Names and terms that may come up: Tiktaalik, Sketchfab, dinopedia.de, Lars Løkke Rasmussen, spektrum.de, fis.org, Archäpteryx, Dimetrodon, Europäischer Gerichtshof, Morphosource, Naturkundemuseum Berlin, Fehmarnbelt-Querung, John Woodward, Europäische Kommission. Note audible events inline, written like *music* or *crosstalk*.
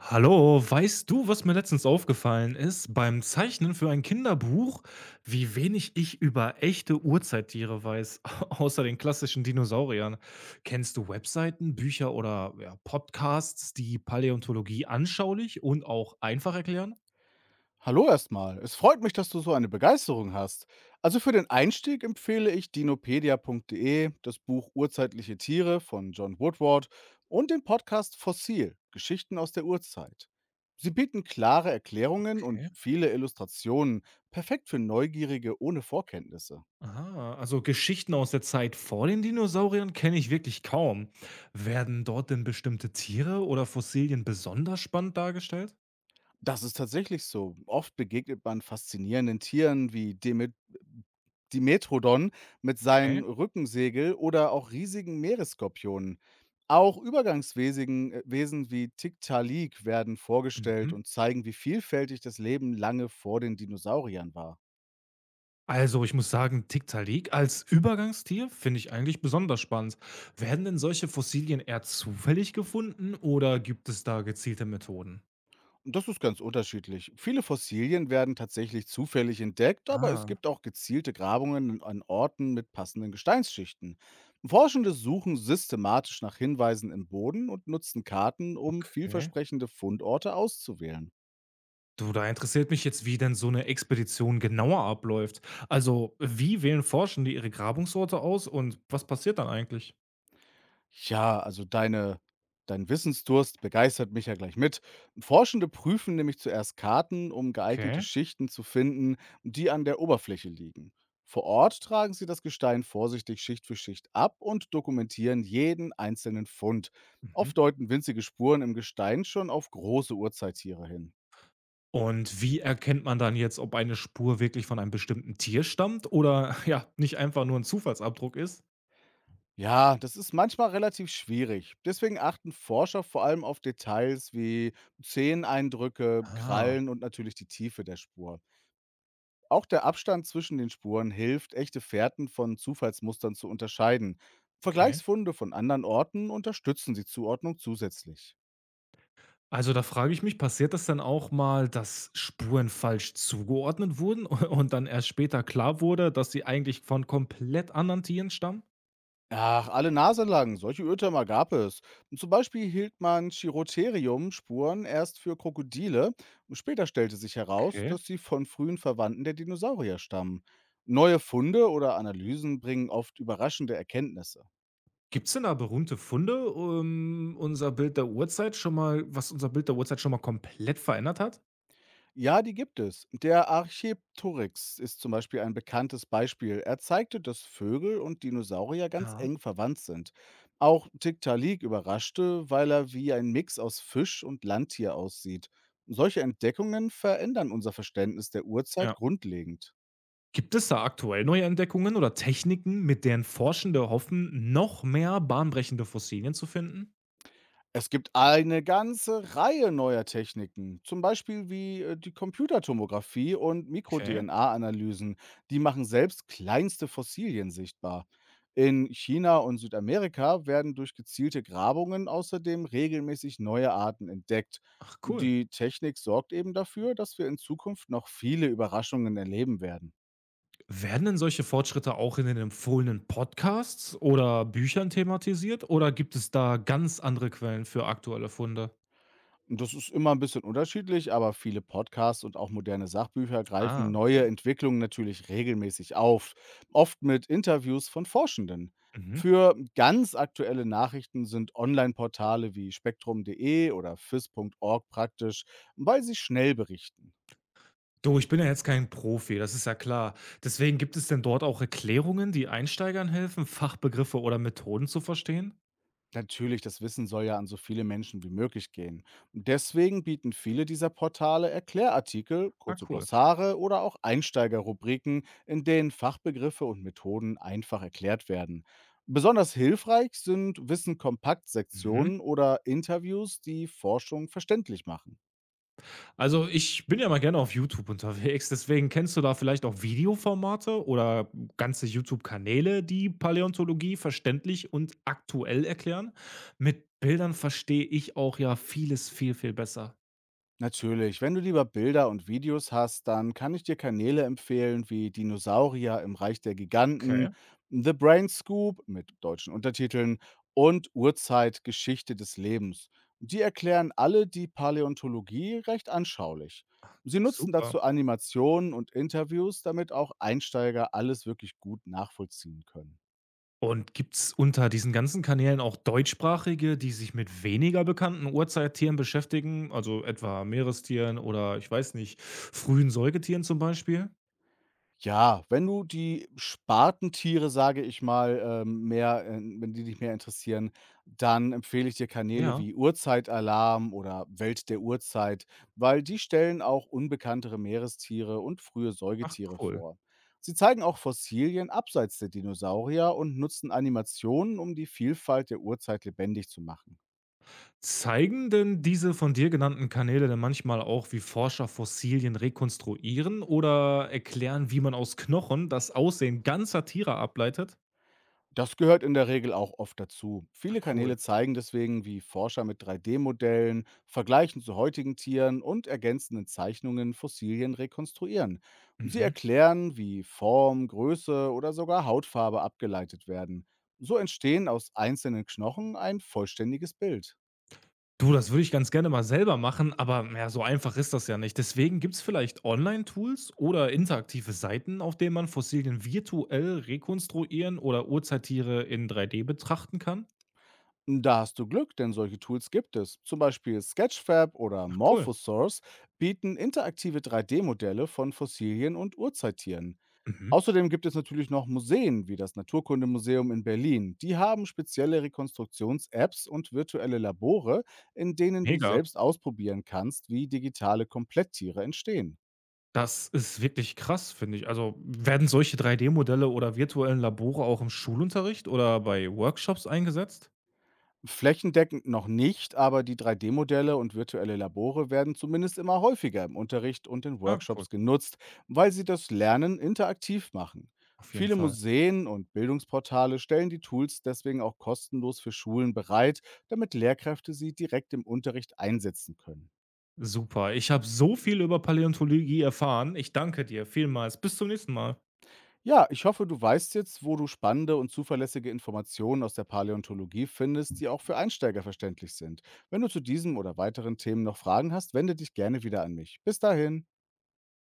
Hallo, weißt du, was mir letztens aufgefallen ist? Beim Zeichnen für ein Kinderbuch, wie wenig ich über echte Urzeittiere weiß, *laughs* außer den klassischen Dinosauriern. Kennst du Webseiten, Bücher oder ja, Podcasts, die Paläontologie anschaulich und auch einfach erklären? Hallo erstmal. Es freut mich, dass du so eine Begeisterung hast. Also für den Einstieg empfehle ich dinopedia.de, das Buch Urzeitliche Tiere von John Woodward und den Podcast Fossil, Geschichten aus der Urzeit. Sie bieten klare Erklärungen und Okay. viele Illustrationen, perfekt für Neugierige ohne Vorkenntnisse. Aha, also Geschichten aus der Zeit vor den Dinosauriern kenne ich wirklich kaum. Werden dort denn bestimmte Tiere oder Fossilien besonders spannend dargestellt? Das ist tatsächlich so. Oft begegnet man faszinierenden Tieren wie Demet Dimetrodon mit Okay. seinen Rückensegel oder auch riesigen Meeresskorpionen. Auch Übergangswesen Wesen wie Tiktaalik werden vorgestellt Mhm. und zeigen, wie vielfältig das Leben lange vor den Dinosauriern war. Also, ich muss sagen, Tiktaalik als Übergangstier finde ich eigentlich besonders spannend. Werden denn solche Fossilien eher zufällig gefunden oder gibt es da gezielte Methoden? Das ist ganz unterschiedlich. Viele Fossilien werden tatsächlich zufällig entdeckt, aber es Ah, gibt auch gezielte Grabungen an Orten mit passenden Gesteinsschichten. Forschende suchen systematisch nach Hinweisen im Boden und nutzen Karten, um okay. vielversprechende Fundorte auszuwählen. Du, da interessiert mich jetzt, wie denn so eine Expedition genauer abläuft. Also, wie wählen Forschende ihre Grabungsorte aus und was passiert dann eigentlich? Ja, also dein Wissensdurst begeistert mich ja gleich mit. Forschende prüfen nämlich zuerst Karten, um geeignete Okay. Schichten zu finden, die an der Oberfläche liegen. Vor Ort tragen sie das Gestein vorsichtig Schicht für Schicht ab und dokumentieren jeden einzelnen Fund. Mhm. Oft deuten winzige Spuren im Gestein schon auf große Urzeittiere hin. Und wie erkennt man dann jetzt, ob eine Spur wirklich von einem bestimmten Tier stammt oder *laughs* ja, nicht einfach nur ein Zufallsabdruck ist? Ja, das ist manchmal relativ schwierig. Deswegen achten Forscher vor allem auf Details wie Zeheneindrücke, Ah, Krallen und natürlich die Tiefe der Spur. Auch der Abstand zwischen den Spuren hilft, echte Fährten von Zufallsmustern zu unterscheiden. okay. Vergleichsfunde von anderen Orten unterstützen die Zuordnung zusätzlich. Also, da frage ich mich, passiert das dann auch mal, dass Spuren falsch zugeordnet wurden *laughs* und dann erst später klar wurde, dass sie eigentlich von komplett anderen Tieren stammen? Ach, alle Nase lang, solche Irrtümer gab es. Zum Beispiel hielt man Chirotherium-Spuren erst für Krokodile. Später stellte sich heraus, Okay. dass sie von frühen Verwandten der Dinosaurier stammen. Neue Funde oder Analysen bringen oft überraschende Erkenntnisse. Gibt es denn da berühmte Funde, um unser Bild der Urzeit schon mal was unser Bild der Urzeit schon mal komplett verändert hat? Ja, die gibt es. Der Archäpteryx ist zum Beispiel ein bekanntes Beispiel. Er zeigte, dass Vögel und Dinosaurier ganz Ja. eng verwandt sind. Auch Tiktaalik überraschte, weil er wie ein Mix aus Fisch und Landtier aussieht. Solche Entdeckungen verändern unser Verständnis der Urzeit Ja. grundlegend. Gibt es da aktuell neue Entdeckungen oder Techniken, mit deren Forschende hoffen, noch mehr bahnbrechende Fossilien zu finden? Es gibt eine ganze Reihe neuer Techniken, zum Beispiel wie die Computertomographie und Okay. Mikro-DNA-Analysen. Die machen selbst kleinste Fossilien sichtbar. In China und Südamerika werden durch gezielte Grabungen außerdem regelmäßig neue Arten entdeckt. Ach, cool. Die Technik sorgt eben dafür, dass wir in Zukunft noch viele Überraschungen erleben werden. Werden denn solche Fortschritte auch in den empfohlenen Podcasts oder Büchern thematisiert oder gibt es da ganz andere Quellen für aktuelle Funde? Das ist immer ein bisschen unterschiedlich, aber viele Podcasts und auch moderne Sachbücher Ah, greifen neue okay. Entwicklungen natürlich regelmäßig auf, oft mit Interviews von Forschenden. Mhm. Für ganz aktuelle Nachrichten sind Online-Portale wie spektrum.de oder fis.org praktisch, weil sie schnell berichten. Du, ich bin ja jetzt kein Profi, das ist ja klar. Deswegen gibt es denn dort auch Erklärungen, die Einsteigern helfen, Fachbegriffe oder Methoden zu verstehen? Natürlich, das Wissen soll ja an so viele Menschen wie möglich gehen. Deswegen bieten viele dieser Portale Erklärartikel, Ah, kurze cool. Glossare oder auch Einsteigerrubriken, in denen Fachbegriffe und Methoden einfach erklärt werden. Besonders hilfreich sind Mhm. Wissen-Kompakt-Sektionen oder Interviews, die Forschung verständlich machen. Also, ich bin ja mal gerne auf YouTube unterwegs, deswegen kennst du da vielleicht auch Videoformate oder ganze YouTube-Kanäle, die Paläontologie verständlich und aktuell erklären? Mit Bildern verstehe ich auch ja vieles viel, viel besser. Natürlich, wenn du lieber Bilder und Videos hast, dann kann ich dir Kanäle empfehlen wie Dinosaurier im Reich der Okay, Giganten, The Brain Scoop mit deutschen Untertiteln und Urzeit Geschichte des Lebens. Die erklären alle die Paläontologie recht anschaulich. Sie nutzen super. dazu Animationen und Interviews, damit auch Einsteiger alles wirklich gut nachvollziehen können. Und gibt's unter diesen ganzen Kanälen auch deutschsprachige, die sich mit weniger bekannten Urzeittieren beschäftigen, also etwa Meerestieren oder ich weiß nicht, frühen Säugetieren zum Beispiel? Ja, wenn du die Spartentiere, sage ich mal, mehr wenn die dich mehr interessieren, dann empfehle ich dir Kanäle Ja, wie Urzeitalarm oder Welt der Urzeit, weil die stellen auch unbekanntere Meerestiere und frühe ach, Säugetiere cool. vor. Sie zeigen auch Fossilien abseits der Dinosaurier und nutzen Animationen, um die Vielfalt der Urzeit lebendig zu machen. Zeigen denn diese von dir genannten Kanäle denn manchmal auch, wie Forscher Fossilien rekonstruieren oder erklären, wie man aus Knochen das Aussehen ganzer Tiere ableitet? Das gehört in der Regel auch oft dazu. Ah, Viele cool. Kanäle zeigen deswegen, wie Forscher mit 3D-Modellen, Vergleichen zu heutigen Tieren und ergänzenden Zeichnungen Fossilien rekonstruieren. Sie Mhm. erklären, wie Form, Größe oder sogar Hautfarbe abgeleitet werden. So entstehen aus einzelnen Knochen ein vollständiges Bild. Du, das würde ich ganz gerne mal selber machen, aber ja, so einfach ist das ja nicht. Deswegen gibt es vielleicht Online-Tools oder interaktive Seiten, auf denen man Fossilien virtuell rekonstruieren oder Urzeittiere in 3D betrachten kann? Da hast du Glück, denn solche Tools gibt es. Zum Beispiel Sketchfab oder Ach, cool. Morphosource bieten interaktive 3D-Modelle von Fossilien und Urzeittieren. Mhm. Außerdem gibt es natürlich noch Museen wie das Naturkundemuseum in Berlin. Die haben spezielle Rekonstruktions-Apps und virtuelle Labore, in denen du Mega. selbst ausprobieren kannst, wie digitale Kompletttiere entstehen. Das ist wirklich krass, finde ich. Also, werden solche 3D-Modelle oder virtuellen Labore auch im Schulunterricht oder bei Workshops eingesetzt? Flächendeckend noch nicht, aber die 3D-Modelle und virtuelle Labore werden zumindest immer häufiger im Unterricht und in Ah, cool. Workshops genutzt, weil sie das Lernen interaktiv machen. Auf jeden Viele Fall. Museen und Bildungsportale stellen die Tools deswegen auch kostenlos für Schulen bereit, damit Lehrkräfte sie direkt im Unterricht einsetzen können. Super. Ich habe so viel über Paläontologie erfahren. Ich danke dir vielmals. Bis zum nächsten Mal. Ja, ich hoffe, du weißt jetzt, wo du spannende und zuverlässige Informationen aus der Paläontologie findest, die auch für Einsteiger verständlich sind. Wenn du zu diesem oder weiteren Themen noch Fragen hast, wende dich gerne wieder an mich. Bis dahin.